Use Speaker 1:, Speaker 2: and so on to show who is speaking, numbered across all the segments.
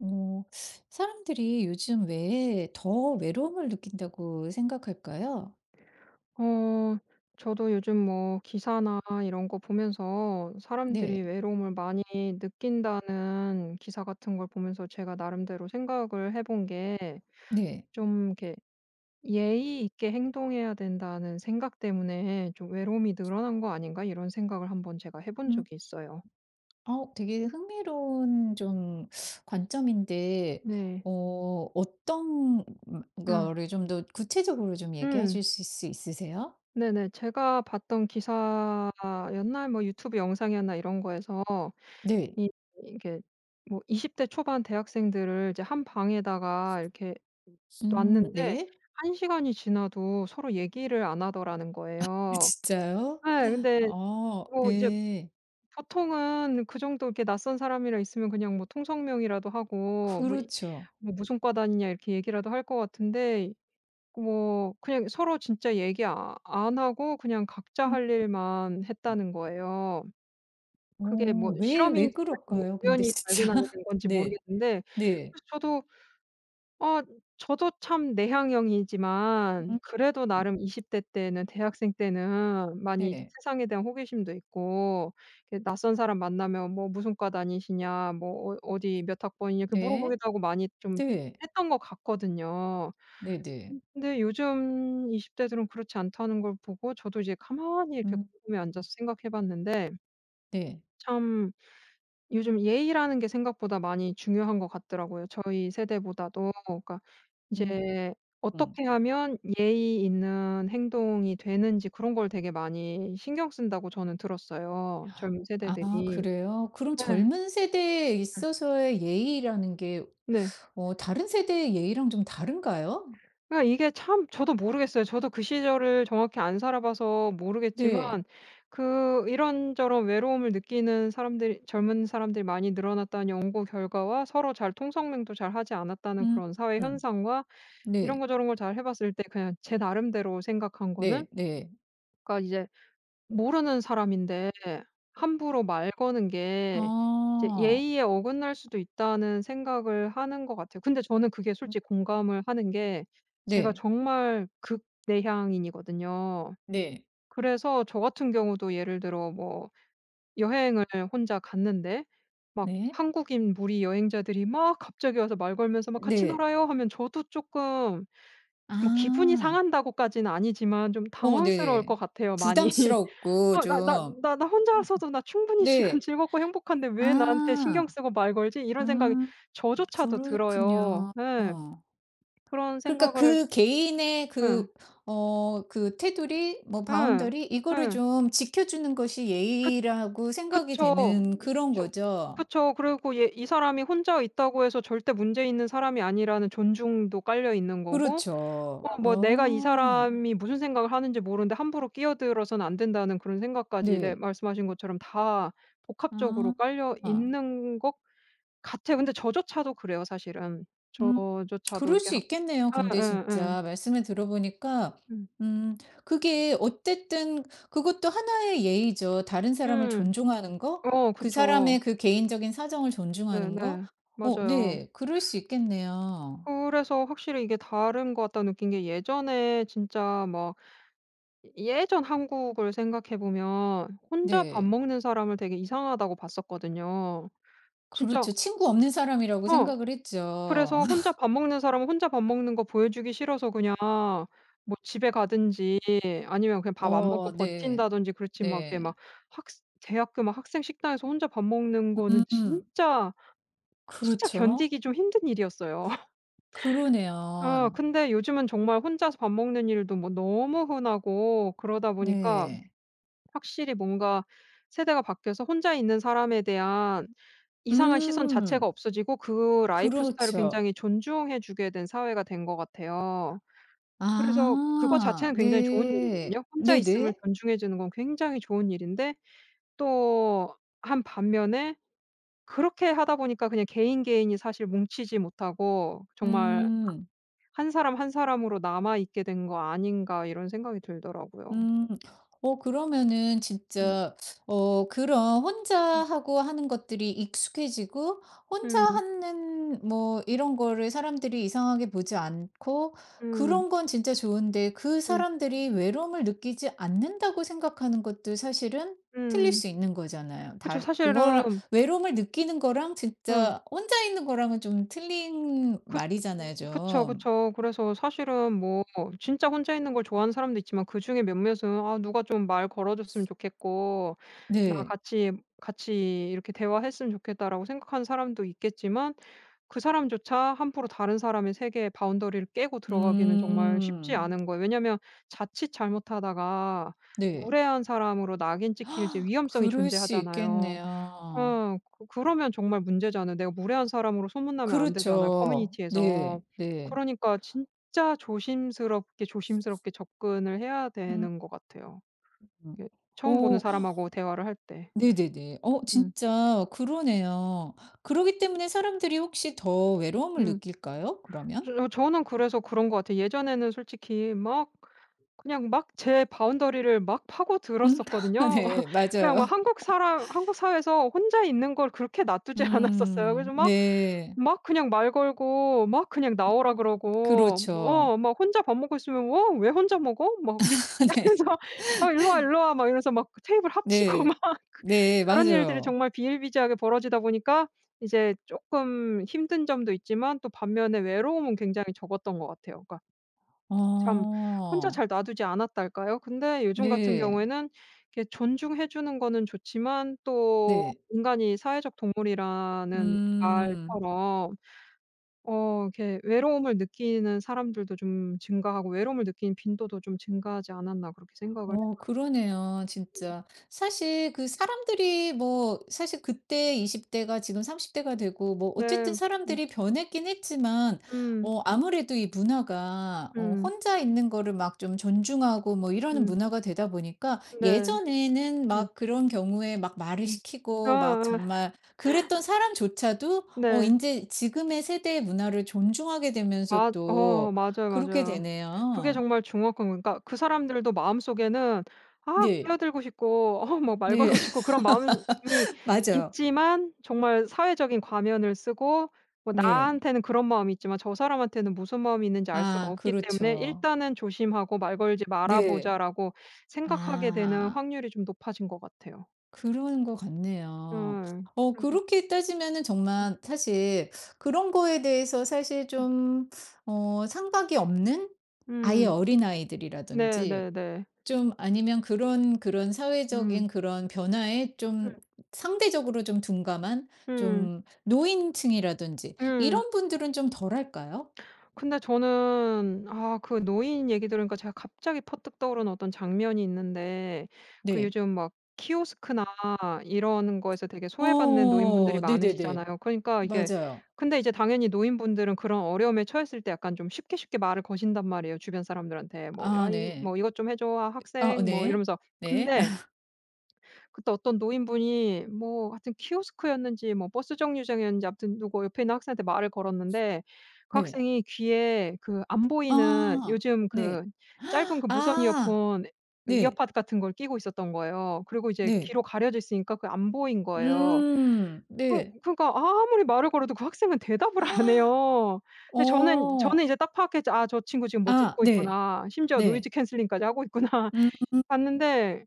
Speaker 1: 어, 사람들이 요즘 왜 더 외로움을 느낀다고 생각할까요?
Speaker 2: 어 저도 요즘 뭐 기사나 이런 거 보면서
Speaker 1: 네,
Speaker 2: 사람들이 외로움을 많이 느낀다는 기사 같은 걸 보면서 제가 나름대로 생각을 해본 게
Speaker 1: 네.
Speaker 2: 좀 이렇게 '예의 있게 행동해야 된다.'는 생각 때문에 좀 '외로움이 늘어난 거 아닌가?' 이런 생각을 한번 제가 해본
Speaker 1: 음,
Speaker 2: 적이 있어요.
Speaker 1: 되게 흥미로운 좀 관점인데,
Speaker 2: 네.
Speaker 1: 어, 어떤
Speaker 2: 응,
Speaker 1: 거를 좀 더 구체적으로 좀 얘기해
Speaker 2: 음.
Speaker 1: 주실 수 있으세요?
Speaker 2: 네네. 제가 봤던 기사였나 뭐 유튜브 영상이었나 이런 거에서
Speaker 1: 네.
Speaker 2: 이 이게 뭐 20대 초반 대학생들을 이제 한 방에다가 이렇게 놨는데
Speaker 1: 네.
Speaker 2: 한 시간이 지나도 서로 얘기를 안 하더라는 거예요.
Speaker 1: 진짜요?
Speaker 2: 예. 근데
Speaker 1: 아,
Speaker 2: 뭐 이제
Speaker 1: 네.
Speaker 2: 보통은 그 정도 이렇게 낯선 사람이랑 있으면 그냥 뭐 통성명이라도 하고 뭐 이
Speaker 1: 그렇죠.
Speaker 2: 뭐 "무슨 과 다니냐." 이렇게 얘기라도 할 것 같은데 뭐 그냥 서로 진짜 얘기 안 하고 그냥 각자
Speaker 1: 음,
Speaker 2: 할 일만 했다는 거예요. 그게 뭐
Speaker 1: 왜
Speaker 2: 실험인지 아니면
Speaker 1: 그럴까요? 근데
Speaker 2: 우연히
Speaker 1: 진짜.
Speaker 2: 발견하게 된 건지
Speaker 1: 네,
Speaker 2: 모르겠는데
Speaker 1: 네.
Speaker 2: 그래서 아 저도 참 내향형이지만 그래도
Speaker 1: 음,
Speaker 2: 나름 20대 때는 대학생 때는 많이 이제
Speaker 1: 네.
Speaker 2: 세상에 대한 호기심도 있고 이렇게 낯선 사람 만나면 뭐 "무슨 과 다니시냐?" 뭐 "어 어디 몇 학번이냐?" 이렇게
Speaker 1: 네.
Speaker 2: 물어보기도 하고 많이 좀
Speaker 1: 네.
Speaker 2: 했던 것 같거든요.
Speaker 1: 네네.
Speaker 2: 근데 요즘 20대 대들은 그렇지 않다는 걸 보고 저도 이제 가만히 이렇게
Speaker 1: 음.
Speaker 2: 궁금해
Speaker 1: 음.
Speaker 2: 앉아서 생각해 봤는데
Speaker 1: 네.
Speaker 2: 참 요즘 예의라는 게 생각보다 많이 중요한 것 같더라고요 저희 세대보다도. 그러니까
Speaker 1: 음
Speaker 2: 이제
Speaker 1: 음.
Speaker 2: 어떻게 하면 예의 있는 행동이 되는지 그런 걸 되게 많이 신경 쓴다고 저는 들었어요 젊은
Speaker 1: 아,
Speaker 2: 세대들이.
Speaker 1: 그래요? 그럼
Speaker 2: 예.
Speaker 1: 젊은 세대에
Speaker 2: 예.
Speaker 1: 있어서의 예의라는 게
Speaker 2: 네.
Speaker 1: 다른 세대의 예의랑 좀 다른가요?
Speaker 2: 그러니까 이게 참 저도 모르겠어요. 저도 그 시절을 정확히 안 살아 봐서
Speaker 1: 네.
Speaker 2: 모르겠지만 그 이런저런 외로움을 느끼는 사람들이 젊은 사람들이 많이 늘어났다는 연구 결과와 서로 잘 통성명도 잘 하지 않았다는
Speaker 1: 음.
Speaker 2: 그런 사회
Speaker 1: 음.
Speaker 2: 현상과 이런
Speaker 1: 네.
Speaker 2: 거 저런 걸 잘 해 봤을 때 그냥 제 나름대로 생각한 거는
Speaker 1: 네. 네.
Speaker 2: 그러니까 이제 모르는 사람인데 함부로 말 거는 게 이제
Speaker 1: 아.
Speaker 2: '예의에 어긋날 수도 있다.'는 생각을 하는 것 같아요. 근데 저는 그게
Speaker 1: 음
Speaker 2: 솔직히 공감을 하는 게 제가
Speaker 1: 네.
Speaker 2: 정말 극내향인이거든요.
Speaker 1: 네.
Speaker 2: 그래서 저 같은 경우도 예를 들어 뭐 여행을 혼자 갔는데 막
Speaker 1: 네.
Speaker 2: 한국인 무리 여행자들이 막 갑자기 와서 말 걸면서 막 "같이
Speaker 1: 네.
Speaker 2: 놀아요." 하면 저도 조금... 뭐 기분이
Speaker 1: 아.
Speaker 2: 상한다고까지는 아니지만 좀
Speaker 1: 어
Speaker 2: 당황스러울 것
Speaker 1: 네.
Speaker 2: 같아요 많이.
Speaker 1: 부담스럽고
Speaker 2: '어 나 나
Speaker 1: 좀.
Speaker 2: 나 나 혼자서도 나 충분히 지금
Speaker 1: 네.
Speaker 2: 즐겁고 행복한데 왜 나한테
Speaker 1: 아.
Speaker 2: 신경 쓰고 말 걸지?' 이런 생각이
Speaker 1: 음.
Speaker 2: 저조차도 들어요.
Speaker 1: 그렇군요.
Speaker 2: 예.
Speaker 1: 어.
Speaker 2: 그런
Speaker 1: 그러니까
Speaker 2: 생각을
Speaker 1: 그 개인의
Speaker 2: 예.
Speaker 1: 그 그 테두리 뭐
Speaker 2: 예.
Speaker 1: 바운더리 이거를
Speaker 2: 예.
Speaker 1: 좀 지켜주는 것이
Speaker 2: 그
Speaker 1: 예의라고 생각이
Speaker 2: 그쵸.
Speaker 1: 되는 그런
Speaker 2: 저-
Speaker 1: 거죠?
Speaker 2: 그쵸. 그리고 얘 이 사람이 혼자 있다고 해서 절대 문제 있는 사람이 아니라는 존중도 깔려 있는 거고
Speaker 1: 그렇죠.
Speaker 2: 어 뭐 내가 이
Speaker 1: 어.
Speaker 2: 사람이 무슨 생각을 하는지 모르는데 함부로 끼어들어서는 안 된다는 그런 생각까지 네
Speaker 1: 네.
Speaker 2: 말씀하신 것처럼 다 복합적으로
Speaker 1: 아.
Speaker 2: 깔려
Speaker 1: 아.
Speaker 2: 있는 것 같아요. 근데 저조차도 그래요 사실은.
Speaker 1: 음.
Speaker 2: 저조차도
Speaker 1: 그럴
Speaker 2: 이렇게
Speaker 1: 수
Speaker 2: 하
Speaker 1: 있겠네요. 근데
Speaker 2: 예예예.
Speaker 1: 진짜 말씀을 들어보니까
Speaker 2: 음.
Speaker 1: 음 그게 어쨌든 그것도 하나의 예의죠. 다른 사람을
Speaker 2: 음.
Speaker 1: 존중하는 거,
Speaker 2: 어
Speaker 1: 그
Speaker 2: 그쵸.
Speaker 1: 사람의 그 개인적인 사정을 존중하는 거.
Speaker 2: 네네.
Speaker 1: 어
Speaker 2: 맞아요.
Speaker 1: 네. 그럴 수 있겠네요.
Speaker 2: 그래서 확실히 이게 다른 것 같다 느낀 게 예전에 진짜 막 예전 한국을 생각해 보면 혼자 밥
Speaker 1: 네.
Speaker 2: 먹는 사람을 되게 이상하다고 봤었거든요. 진짜
Speaker 1: 그렇죠. 친구 없는 사람이라고
Speaker 2: 어.
Speaker 1: 생각을 했죠.
Speaker 2: 그래서 혼자 밥 먹는 사람은 혼자 밥 먹는 거 보여주기 싫어서 그냥 뭐 집에 가든지 아니면 그냥 밥 안 먹고
Speaker 1: 어 네.
Speaker 2: 버틴다든지 그렇지 막 이렇게
Speaker 1: 네.
Speaker 2: 막 학 대학교 막 학생 식당에서 혼자 밥 먹는 거는
Speaker 1: 음.
Speaker 2: 진짜, 진짜
Speaker 1: 그렇죠.
Speaker 2: 견디기 좀 힘든 일이었어요.
Speaker 1: 그러네요.
Speaker 2: 근데 요즘은 정말 혼자서 밥 먹는 일도 뭐 너무 흔하고 그러다 보니까
Speaker 1: 네.
Speaker 2: 확실히 뭔가 세대가 바뀌어서 혼자 있는 사람에 대한 이상한 시선
Speaker 1: 음.
Speaker 2: 자체가 없어지고 그 라이프 스타일을
Speaker 1: 그렇죠.
Speaker 2: 굉장히 존중해 주게 된 사회가 된 것 같아요. 그래서 그거
Speaker 1: 아.
Speaker 2: 자체는 굉장히 좋은
Speaker 1: 네.
Speaker 2: 일이거든요. 혼자 있음을
Speaker 1: 네네.
Speaker 2: 존중해 주는 건 굉장히 좋은 일인데 또 한 반면에 그렇게 하다 보니까 그냥 개인, 개인이 사실 뭉치지 못하고 정말
Speaker 1: 음.
Speaker 2: '한 사람, 한 사람으로 남아 있게 된 거 아닌가.' 이런 생각이 들더라고요.
Speaker 1: 음. 그러면은
Speaker 2: 음.
Speaker 1: 진짜 그런 혼자
Speaker 2: 음.
Speaker 1: 하고 하는 것들이 익숙해지고 혼자
Speaker 2: 음.
Speaker 1: 하는 뭐 이런 거를 사람들이 이상하게 보지 않고
Speaker 2: 음.
Speaker 1: 그런 건 진짜 좋은데 그
Speaker 2: 음.
Speaker 1: 사람들이 외로움을 느끼지 않는다고 생각하는 것도 사실은 틀릴
Speaker 2: 음.
Speaker 1: 수 있는 거잖아요.
Speaker 2: 그쵸.
Speaker 1: 다 그거랑
Speaker 2: 사실은
Speaker 1: 외로움을 느끼는 거랑
Speaker 2: 음.
Speaker 1: 진짜 혼자 있는 거랑은 좀 틀린
Speaker 2: 그
Speaker 1: 말이잖아요
Speaker 2: 그쵸,
Speaker 1: 좀.
Speaker 2: 그쵸. 그래서 사실은 뭐 진짜 혼자 있는 걸 좋아하는 사람도 있지만 그중에 몇몇은 '아 누가 좀 말 걸어 줬으면 좋겠고 나
Speaker 1: 네.
Speaker 2: 같이 이렇게 대화했으면 좋겠다.'라고 생각하는 사람도 있겠지만 그 사람조차 함부로 다른 사람의 세계의 바운더리를 깨고 들어가기는 정말 쉽지
Speaker 1: 음.
Speaker 2: 않은 거예요. 왜냐면 자칫 잘못하다가
Speaker 1: 네.
Speaker 2: 무례한 사람으로 낙인 찍힐 이제 위험성이
Speaker 1: 그럴 수
Speaker 2: 존재하잖아요.
Speaker 1: 있겠네요.
Speaker 2: 어. 그러면 정말 문제잖아요. 내가 무례한 사람으로 소문나면 안 되잖아요,
Speaker 1: 그렇죠.
Speaker 2: 커뮤니티에서.
Speaker 1: 네. 네.
Speaker 2: 그러니까 진짜 조심스럽게, 조심스럽게 접근을 해야
Speaker 1: 음.
Speaker 2: 되는 것 같아요. 이게 처음 보는
Speaker 1: 오,
Speaker 2: 사람하고 대화를 할 때.
Speaker 1: 네네네.
Speaker 2: 음.
Speaker 1: 진짜 그러네요. 그러기 때문에 사람들이 혹시 더 외로움을
Speaker 2: 음.
Speaker 1: 느낄까요? 그러면?
Speaker 2: 저는 그래서 그런 것 같아요. 예전에는 솔직히 막 그냥 막 제 바운더리를 막
Speaker 1: 음.
Speaker 2: 파고들었었거든요.
Speaker 1: 네.
Speaker 2: 그냥 막
Speaker 1: 맞아요.
Speaker 2: 한국 사람 한국 사회에서 혼자 있는 걸 그렇게 놔두지 않았었어요.
Speaker 1: 음.
Speaker 2: 그래서 막
Speaker 1: 네.
Speaker 2: 막 그냥 말 걸고 막 그냥 나오라 그러고 뭐
Speaker 1: 그렇죠.
Speaker 2: 어막 혼자 밥 먹고 있으면 "어 왜 혼자 먹어?" 막
Speaker 1: 네.
Speaker 2: 이러면서 "어 일로 와, 일로 와." 막 이러면서 막 그 테이블 합치고
Speaker 1: 네.
Speaker 2: 막 그
Speaker 1: 네.
Speaker 2: 그런 일들이
Speaker 1: 맞아요.
Speaker 2: 정말 비일비재하게 벌어지다 보니까 이제 쪼끔 힘든 점도 있지만 또 반면에 외로움은 굉장히 적었던 것 같아요. 그러니까 참 혼자
Speaker 1: 어.
Speaker 2: 잘 놔두지 않았달까요? 근데 요즘 같은
Speaker 1: 네.
Speaker 2: 경우에는 이렇게 존중해 주는 거는 좋지만 또
Speaker 1: 네.
Speaker 2: 인간이 사회적 동물이라는
Speaker 1: 음.
Speaker 2: 말처럼 어 이렇게 외로움을 느끼는 사람들도 좀 증가하고 외로움을 느끼는 빈도도 좀 증가하지 않았나 그렇게 생각을 해요.
Speaker 1: 그러네요 진짜. 사실 그 사람들이 뭐 사실 그때 20대 대가 지금 30대 대가 되고 뭐 어쨌든
Speaker 2: 네. 음.
Speaker 1: 사람들이 변했긴 했지만
Speaker 2: 음.
Speaker 1: 아무래도 이 문화가
Speaker 2: 음.
Speaker 1: 혼자 있는 거를 막 좀 존중하고 뭐 이러는
Speaker 2: 음.
Speaker 1: 문화가 되다 보니까
Speaker 2: 네.
Speaker 1: 예전에는
Speaker 2: 음.
Speaker 1: 막 그런 경우에 막 말을
Speaker 2: 음. 아
Speaker 1: 시키고 막
Speaker 2: 아.
Speaker 1: 정말 그랬던 사람조차도
Speaker 2: 네.
Speaker 1: 이제 지금의 세대의 문화를 존중하게 되면서
Speaker 2: 맞 어
Speaker 1: 또
Speaker 2: 맞아요,
Speaker 1: 그렇게
Speaker 2: 맞아요. 그게
Speaker 1: 되네요.
Speaker 2: 정말 정확한 그러니까 그 사람들도 마음속에는 아
Speaker 1: 네.
Speaker 2: 끼어들고 싶고 어 막 말
Speaker 1: 네.
Speaker 2: 걸고 싶고 그런 마음이
Speaker 1: 맞아요.
Speaker 2: 있지만 정말 사회적인 과면을 쓰고 뭐
Speaker 1: 네.
Speaker 2: 나한테는 그런 마음이 있지만 저 사람한테는 무슨 마음이 있는지 알 수가
Speaker 1: 아,
Speaker 2: 없기 때문에
Speaker 1: 그렇죠.
Speaker 2: '일단은 조심하고 말 걸지 말아
Speaker 1: 네.
Speaker 2: 보자.'라고 생각하게 되는
Speaker 1: 아,
Speaker 2: 확률이 좀 높아진 것 같아요.
Speaker 1: 그런 것
Speaker 2: 예.
Speaker 1: 같네요.
Speaker 2: 그래서
Speaker 1: 그렇게 따지면은
Speaker 2: 음
Speaker 1: 정말 사실 그런 거에 대해서 사실
Speaker 2: 음.
Speaker 1: 좀 상박이 없는 아예
Speaker 2: 음. 네
Speaker 1: 어린아이들이라든지
Speaker 2: 네 네.
Speaker 1: 좀 아니면 그런
Speaker 2: 음.
Speaker 1: 사회적인 그런 변화에
Speaker 2: 음.
Speaker 1: 좀 상대적으로 좀 둔감한
Speaker 2: 음.
Speaker 1: 좀 노인층이라든지
Speaker 2: 음.
Speaker 1: 이런 분들은 좀 덜할까요?
Speaker 2: 근데 저는 아 그 노인 얘기 들으니까 제가 갑자기 퍼뜩 떠오르는 어떤 장면이 있는데 그
Speaker 1: 네.
Speaker 2: 요즘 막 키오스크나 이런 거에서 되게 소외받는 노인분들이
Speaker 1: 어 네네네.
Speaker 2: 많으시잖아요. 그러니까 이게
Speaker 1: 맞아요.
Speaker 2: 근데 이제 당연히 노인분들은 그런 어려움에 처했을 때 약간 좀 쉽게 쉽게 말을 거신단 말이에요, 주변 사람들한테. 뭐
Speaker 1: 아
Speaker 2: "야 이
Speaker 1: 네.
Speaker 2: 뭐 이것 좀 해 줘. 아
Speaker 1: 아 어
Speaker 2: 학생." 뭐
Speaker 1: 네.
Speaker 2: 이러면서.
Speaker 1: 네.
Speaker 2: 근데 그때 어떤 노인분이 뭐 하여튼 키오스크였는지 뭐 버스 정류장이었는지 아무튼 누구 옆에 있는 학생한테 말을 걸었는데 그
Speaker 1: 네.
Speaker 2: 학생이 귀에 그 안 보이는
Speaker 1: 아
Speaker 2: 요즘 그
Speaker 1: 네.
Speaker 2: 짧은 그 무선
Speaker 1: 아
Speaker 2: 이어폰
Speaker 1: 네.
Speaker 2: 이어팟 같은 걸 끼고 있었던 거예요. 그리고 이제
Speaker 1: 네.
Speaker 2: 귀로 가려져 있으니까 그게 안 보인 거예요. 그
Speaker 1: 네.
Speaker 2: 그러니까 아무리 말을 걸어도 그 학생은 대답을 안 해요. 근데 저는
Speaker 1: 어
Speaker 2: 이제 딱 파악했죠. '아 저 친구 지금 뭐
Speaker 1: 아
Speaker 2: 듣고
Speaker 1: 네.
Speaker 2: 있구나. 심지어 노이즈
Speaker 1: 네.
Speaker 2: 캔슬링까지 하고 있구나.'
Speaker 1: 음
Speaker 2: 봤는데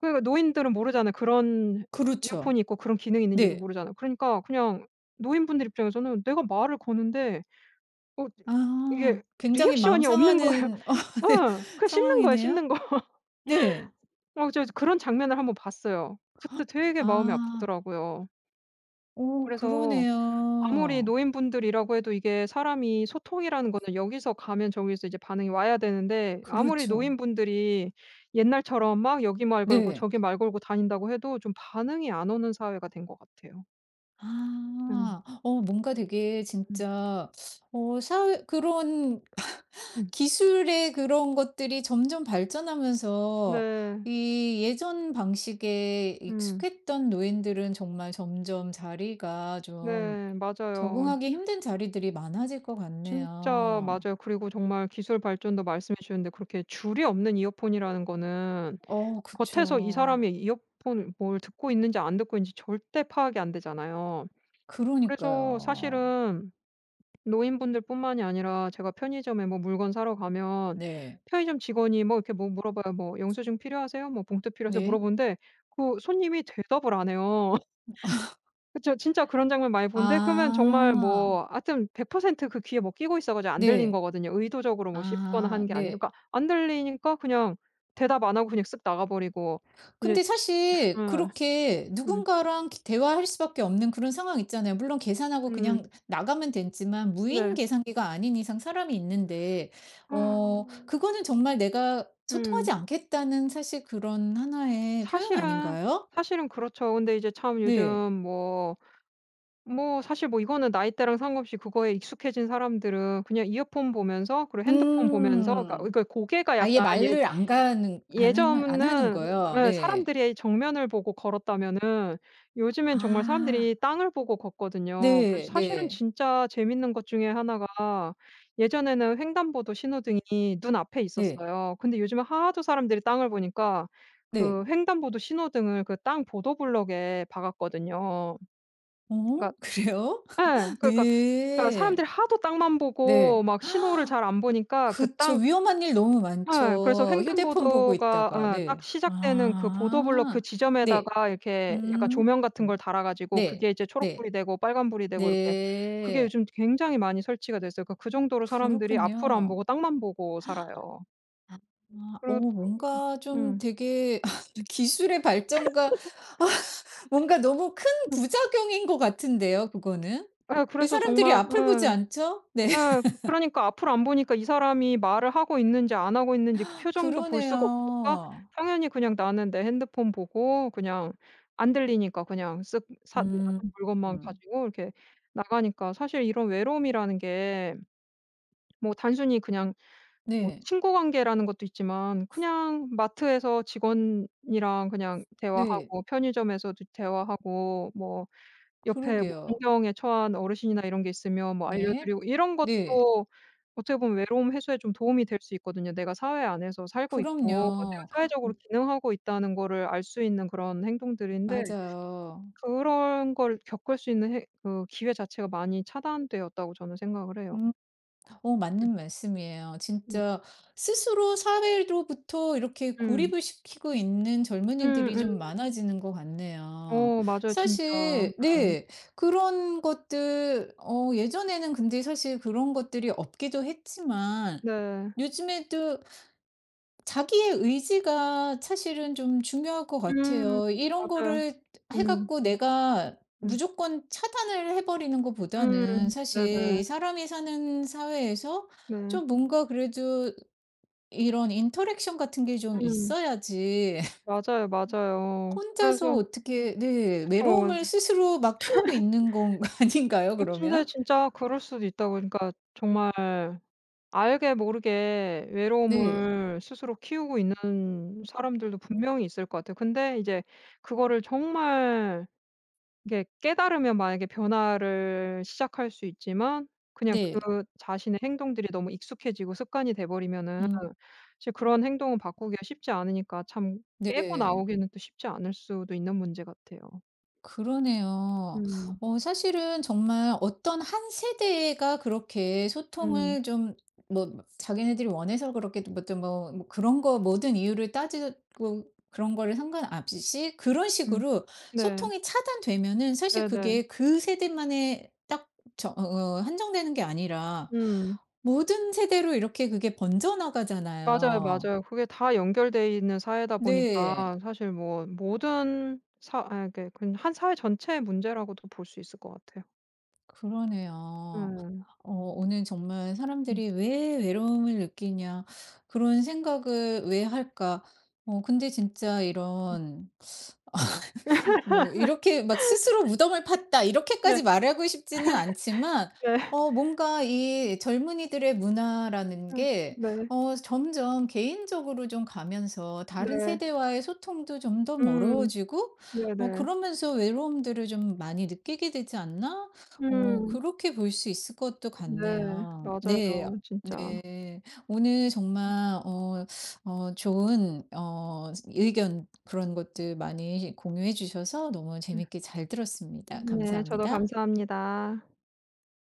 Speaker 2: 그러니까 노인들은 모르잖아요. 그런
Speaker 1: 그렇죠.
Speaker 2: 이어폰이 있고 그런 기능이 있는지도
Speaker 1: 네.
Speaker 2: 모르잖아요. 그러니까 그냥 노인분들 입장에서는 내가 말을 거는데 어
Speaker 1: 아,
Speaker 2: 이게
Speaker 1: 굉장히 마음
Speaker 2: 리액션이 없는 거예요.
Speaker 1: 상하는 네,
Speaker 2: 어. 그냥 씹는 거예요,
Speaker 1: 상황이네요.
Speaker 2: 씹는 거.
Speaker 1: 네.
Speaker 2: 어 저 그런 장면을 한번 봤어요. 그때 되게 마음이
Speaker 1: 아.
Speaker 2: 아프더라고요.
Speaker 1: 오,
Speaker 2: 그래서 아무리
Speaker 1: 그러네요.
Speaker 2: 노인분들이라고 해도 이게 사람이 소통이라는 거는 여기서 가면 저기서 이제 반응이 와야 되는데 아무리
Speaker 1: 그렇죠.
Speaker 2: 노인분들이 옛날처럼 막 여기 말 걸고
Speaker 1: 네.
Speaker 2: 저기 말 걸고 다닌다고 해도 좀 반응이 안 오는 사회가 된 것 같아요. 음.
Speaker 1: 아, 뭔가 되게
Speaker 2: 음.
Speaker 1: 진짜 사회 그런
Speaker 2: 음.
Speaker 1: 기술의 그런 것들이 점점 발전하면서
Speaker 2: 네.
Speaker 1: 이 예전 방식에
Speaker 2: 음.
Speaker 1: 익숙했던 노인들은 정말 점점 자리가 좀
Speaker 2: 네. 맞아요.
Speaker 1: 적응하기 힘든 자리들이 많아질 것
Speaker 2: 진짜
Speaker 1: 같네요.
Speaker 2: 맞아요. 그리고 정말 기술 발전도 말씀해 주셨는데 그렇게 줄이 없는 이어폰이라는 거는
Speaker 1: 어
Speaker 2: 겉에서 이
Speaker 1: 그쵸.
Speaker 2: 사람이 이어폰 뭘 듣고 있는지 안 듣고 있는지 절대 파악이 안 되잖아요. 그래서
Speaker 1: 그러니까요.
Speaker 2: 사실은 노인분들뿐만이 아니라 제가 편의점에 뭐 물건 사러 가면
Speaker 1: 네.
Speaker 2: 편의점 직원이 뭐 이렇게 뭐 물어봐요. 뭐 "영수증 필요하세요?" 뭐 "봉투 필요하세요?"
Speaker 1: 네.
Speaker 2: 물어보는데 그 손님이 대답을 안 해요. 그 진짜 그런 장면 많이 보는데 그러면 정말
Speaker 1: 아.
Speaker 2: 뭐 하여튼 100% 그 귀에 뭐 끼고 있어 가지고 안 들린
Speaker 1: 네.
Speaker 2: 거거든요. 의도적으로 뭐 씹거나
Speaker 1: 아
Speaker 2: 한 게 아니라.
Speaker 1: 네.
Speaker 2: 그러니까 안 들리니까 그냥 대답 안 하고 그냥 쓱 나가 버리고 이제
Speaker 1: 근데
Speaker 2: 예.
Speaker 1: 사실 그렇게
Speaker 2: 음.
Speaker 1: 누군가랑 기 대화할 수밖에 없는 그런 상황 있잖아요. 물론 계산하고 그냥
Speaker 2: 음.
Speaker 1: 나가면 됐지만 무인
Speaker 2: 네.
Speaker 1: 계산기가 아닌 이상 사람이 있는데 그거는 정말 내가 소통하지
Speaker 2: 음.
Speaker 1: 않겠다는 사실 그런 하나의 표현
Speaker 2: 사실은
Speaker 1: 아닌가요?
Speaker 2: 그렇죠. 근데 이제 참
Speaker 1: 네.
Speaker 2: 요즘 뭐 사실 뭐 이거는 나이대랑 상관없이 그거에 익숙해진 사람들은 그냥 이어폰 보면서 그리고 핸드폰 보면서 그러니까
Speaker 1: 음.
Speaker 2: 이거 고개가
Speaker 1: 아예
Speaker 2: 약간
Speaker 1: 말을 안 하는
Speaker 2: 예전에는
Speaker 1: 거요?
Speaker 2: 예
Speaker 1: 네.
Speaker 2: 사람들이 정면을 보고 걸었다면은 요즘엔 정말
Speaker 1: 아.
Speaker 2: 사람들이 땅을 보고 걷거든요.
Speaker 1: 네
Speaker 2: 그래서 사실은
Speaker 1: 네.
Speaker 2: 진짜 재밌는 것 중에 하나가 예전에는 횡단보도 신호등이 눈앞에
Speaker 1: 네.
Speaker 2: 있었어요. 근데 요즘에 하도 사람들이 땅을 보니까
Speaker 1: 네.
Speaker 2: 그 횡단보도 신호등을 그 땅 보도블럭에 박았거든요.
Speaker 1: 어
Speaker 2: 그러니까
Speaker 1: 그래요?
Speaker 2: 예. 그러니까
Speaker 1: 네.
Speaker 2: 사람들이 하도 땅만 보고
Speaker 1: 네.
Speaker 2: 막 신호를 잘 안 보니까 그
Speaker 1: 그쵸.
Speaker 2: 땅
Speaker 1: 위험한 일 너무
Speaker 2: 예. 그래서
Speaker 1: 많죠. 휴대폰 보고
Speaker 2: 횡단보도가
Speaker 1: 있다가.
Speaker 2: 예 딱
Speaker 1: 네.
Speaker 2: 시작되는 그 보도블록 그
Speaker 1: 아. 네.
Speaker 2: 지점에다가 이렇게 약간
Speaker 1: 음.
Speaker 2: 조명 같은 걸
Speaker 1: 음.
Speaker 2: 달아 가지고
Speaker 1: 네.
Speaker 2: 그게 이제
Speaker 1: 네.
Speaker 2: 초록불이 되고 빨간불이 되고 이렇게 그게
Speaker 1: 네.
Speaker 2: 요즘 굉장히 많이 설치가 됐어요 그러니까 그 정도로 사람들이 앞을 안
Speaker 1: 그렇군요.
Speaker 2: 보고 땅만 보고 살아요.
Speaker 1: 아.
Speaker 2: 그렇 그
Speaker 1: 뭔가 좀
Speaker 2: 음.
Speaker 1: 되게
Speaker 2: 음.
Speaker 1: 기술의 발전과 아, 뭔가 너무 큰
Speaker 2: 음.
Speaker 1: 부작용인 것 같은데요 그거는.
Speaker 2: 예.
Speaker 1: 왜
Speaker 2: 그래서
Speaker 1: 사람들이
Speaker 2: 정말
Speaker 1: 앞을 보지
Speaker 2: 예.
Speaker 1: 않죠? 네.
Speaker 2: 예. 그 그러니까 앞을 안 보니까 이 사람이 말을 하고 있는지 안 하고 있는지 그 표정도 볼 수가 없으니까
Speaker 1: 그러네요.
Speaker 2: 당연히 그냥 나는 내 핸드폰 보고 그냥 안 들리니까 그냥 쓱 사 내가 산
Speaker 1: 음.
Speaker 2: 물건만
Speaker 1: 음.
Speaker 2: 가지고 이렇게 나가니까 사실 이런 외로움이라는 게 뭐 단순히 그냥 뭐
Speaker 1: 네.
Speaker 2: 친구 관계라는 것도 있지만 그냥 마트에서 직원이랑 그냥
Speaker 1: 네.
Speaker 2: 대화하고 편의점에서도 대화하고 뭐 옆에 뭐
Speaker 1: 그러게요.
Speaker 2: 공경에 처한 어르신이나 이런 게 있으면 뭐 알려
Speaker 1: 네.
Speaker 2: 드리고 이런
Speaker 1: 네.
Speaker 2: 것도 어떻게 보면 외로움 해소에 좀 도움이 될 수 있거든요. 내가 사회 안에서 살고 있고 내가
Speaker 1: 그럼요. 음
Speaker 2: 사회적으로 기능하고 있다는 거를 알 수 있는 그런 행동들인데
Speaker 1: 맞아요.
Speaker 2: 그런 걸 겪을 수 있는 해 그 기회 자체가 많이 차단되었다고 저는 생각을 해요.
Speaker 1: 음 맞는 말씀이에요.
Speaker 2: 음.
Speaker 1: 진짜 스스로 사회로부터 이렇게
Speaker 2: 음.
Speaker 1: 고립을 시키고 있는 젊은이들이 좀
Speaker 2: 음음.
Speaker 1: 많아지는 것 같네요.
Speaker 2: 어 맞아요 진짜. 어.
Speaker 1: 사실 네. 그런 것들 예전에는 근데 사실 그런 것들이 없기도 했지만
Speaker 2: 네.
Speaker 1: 요즘에도 자기의 의지가 사실은 좀 중요할 것
Speaker 2: 음.
Speaker 1: 같아요. 이런
Speaker 2: 맞아요.
Speaker 1: 거를 해
Speaker 2: 음.
Speaker 1: 갖고 내가
Speaker 2: 음.
Speaker 1: 무조건 차단을 해 버리는 것보다는
Speaker 2: 음.
Speaker 1: 사실
Speaker 2: 네네.
Speaker 1: 이 사람이 사는 사회에서
Speaker 2: 네. 네.
Speaker 1: 좀 뭔가 그래도 이런 인터랙션 같은 게 좀
Speaker 2: 음.
Speaker 1: 있어야지.
Speaker 2: 맞아요, 맞아요.
Speaker 1: 혼자서
Speaker 2: 그래서
Speaker 1: 어떻게, 네,
Speaker 2: 그쵸.
Speaker 1: 외로움을 스스로 막 키우고 있는 건 아닌가요
Speaker 2: 어 근데
Speaker 1: 그러면?
Speaker 2: 진짜 그럴 수도 있다고 그러니까 정말 알게 모르게
Speaker 1: 네.
Speaker 2: 외로움을 스스로 키우고 있는 사람들도 분명히 있을 것 같아요. 근데 이제 그거를 정말 이게 깨달으면 만약에 변화를 시작할 수 있지만 그냥
Speaker 1: 네.
Speaker 2: 그 자신의 행동들이 너무 익숙해지고 습관이 돼 버리면은
Speaker 1: 음
Speaker 2: 사실 그런 행동은 바꾸기가 쉽지 않으니까 참 깨고
Speaker 1: 네.
Speaker 2: 나오기는 또 쉽지 않을 수도 있는 문제 같아요.
Speaker 1: 그러네요.
Speaker 2: 음.
Speaker 1: 사실은 정말 어떤 한 세대가 그렇게
Speaker 2: 음.
Speaker 1: 소통을 좀 뭐 자기네들이 원해서 그렇게 뭐 또 뭐 그런 거 모든 이유를 따지고 그런 거를 상관없이 그런
Speaker 2: 음.
Speaker 1: 식으로
Speaker 2: 네.
Speaker 1: 소통이 차단되면은 사실
Speaker 2: 네네.
Speaker 1: 그게 그 세대만의 딱 저 어 한정되는 게 아니라
Speaker 2: 음.
Speaker 1: 모든 세대로 이렇게 그게 번져
Speaker 2: 맞아요,
Speaker 1: 나가잖아요.
Speaker 2: 맞아요. 그게 다 연결돼 있는 사회다
Speaker 1: 네.
Speaker 2: 보니까 사실 뭐 모든 사 아 이렇게 그냥 한 사회 전체의 문제라고도 볼 수 있을 것 같아요.
Speaker 1: 그러네요.
Speaker 2: 음.
Speaker 1: 오늘 정말
Speaker 2: 음.
Speaker 1: '사람들이 왜 외로움을 느끼냐. 그런 생각을 왜 할까?' 근데 진짜
Speaker 2: 음.
Speaker 1: 이런 뭐 이렇게 막 스스로 무덤을 팠다
Speaker 2: 네.
Speaker 1: 이렇게까지 말하고 싶지는 않지만
Speaker 2: 네.
Speaker 1: 뭔가 이 젊은이들의 문화라는
Speaker 2: 음.
Speaker 1: 게
Speaker 2: 네.
Speaker 1: 점점 개인적으로 좀 가면서 다른
Speaker 2: 네.
Speaker 1: 세대와의 소통도 좀 더
Speaker 2: 음.
Speaker 1: 멀어지고
Speaker 2: 네네.
Speaker 1: 그러면서 외로움들을 좀 많이 느끼게 되지 않나?
Speaker 2: 음.
Speaker 1: 그렇게 볼 수 있을 것도
Speaker 2: 네.
Speaker 1: 같네요.
Speaker 2: 맞아요,
Speaker 1: 네.
Speaker 2: 진짜.
Speaker 1: 네. 오늘 정말 좋은 의견 그런 것들 많이 공유해 주셔서 너무
Speaker 2: 음.
Speaker 1: 재밌게 잘 들었습니다.
Speaker 2: 네. 저도
Speaker 1: 감사합니다.
Speaker 2: 감사합니다.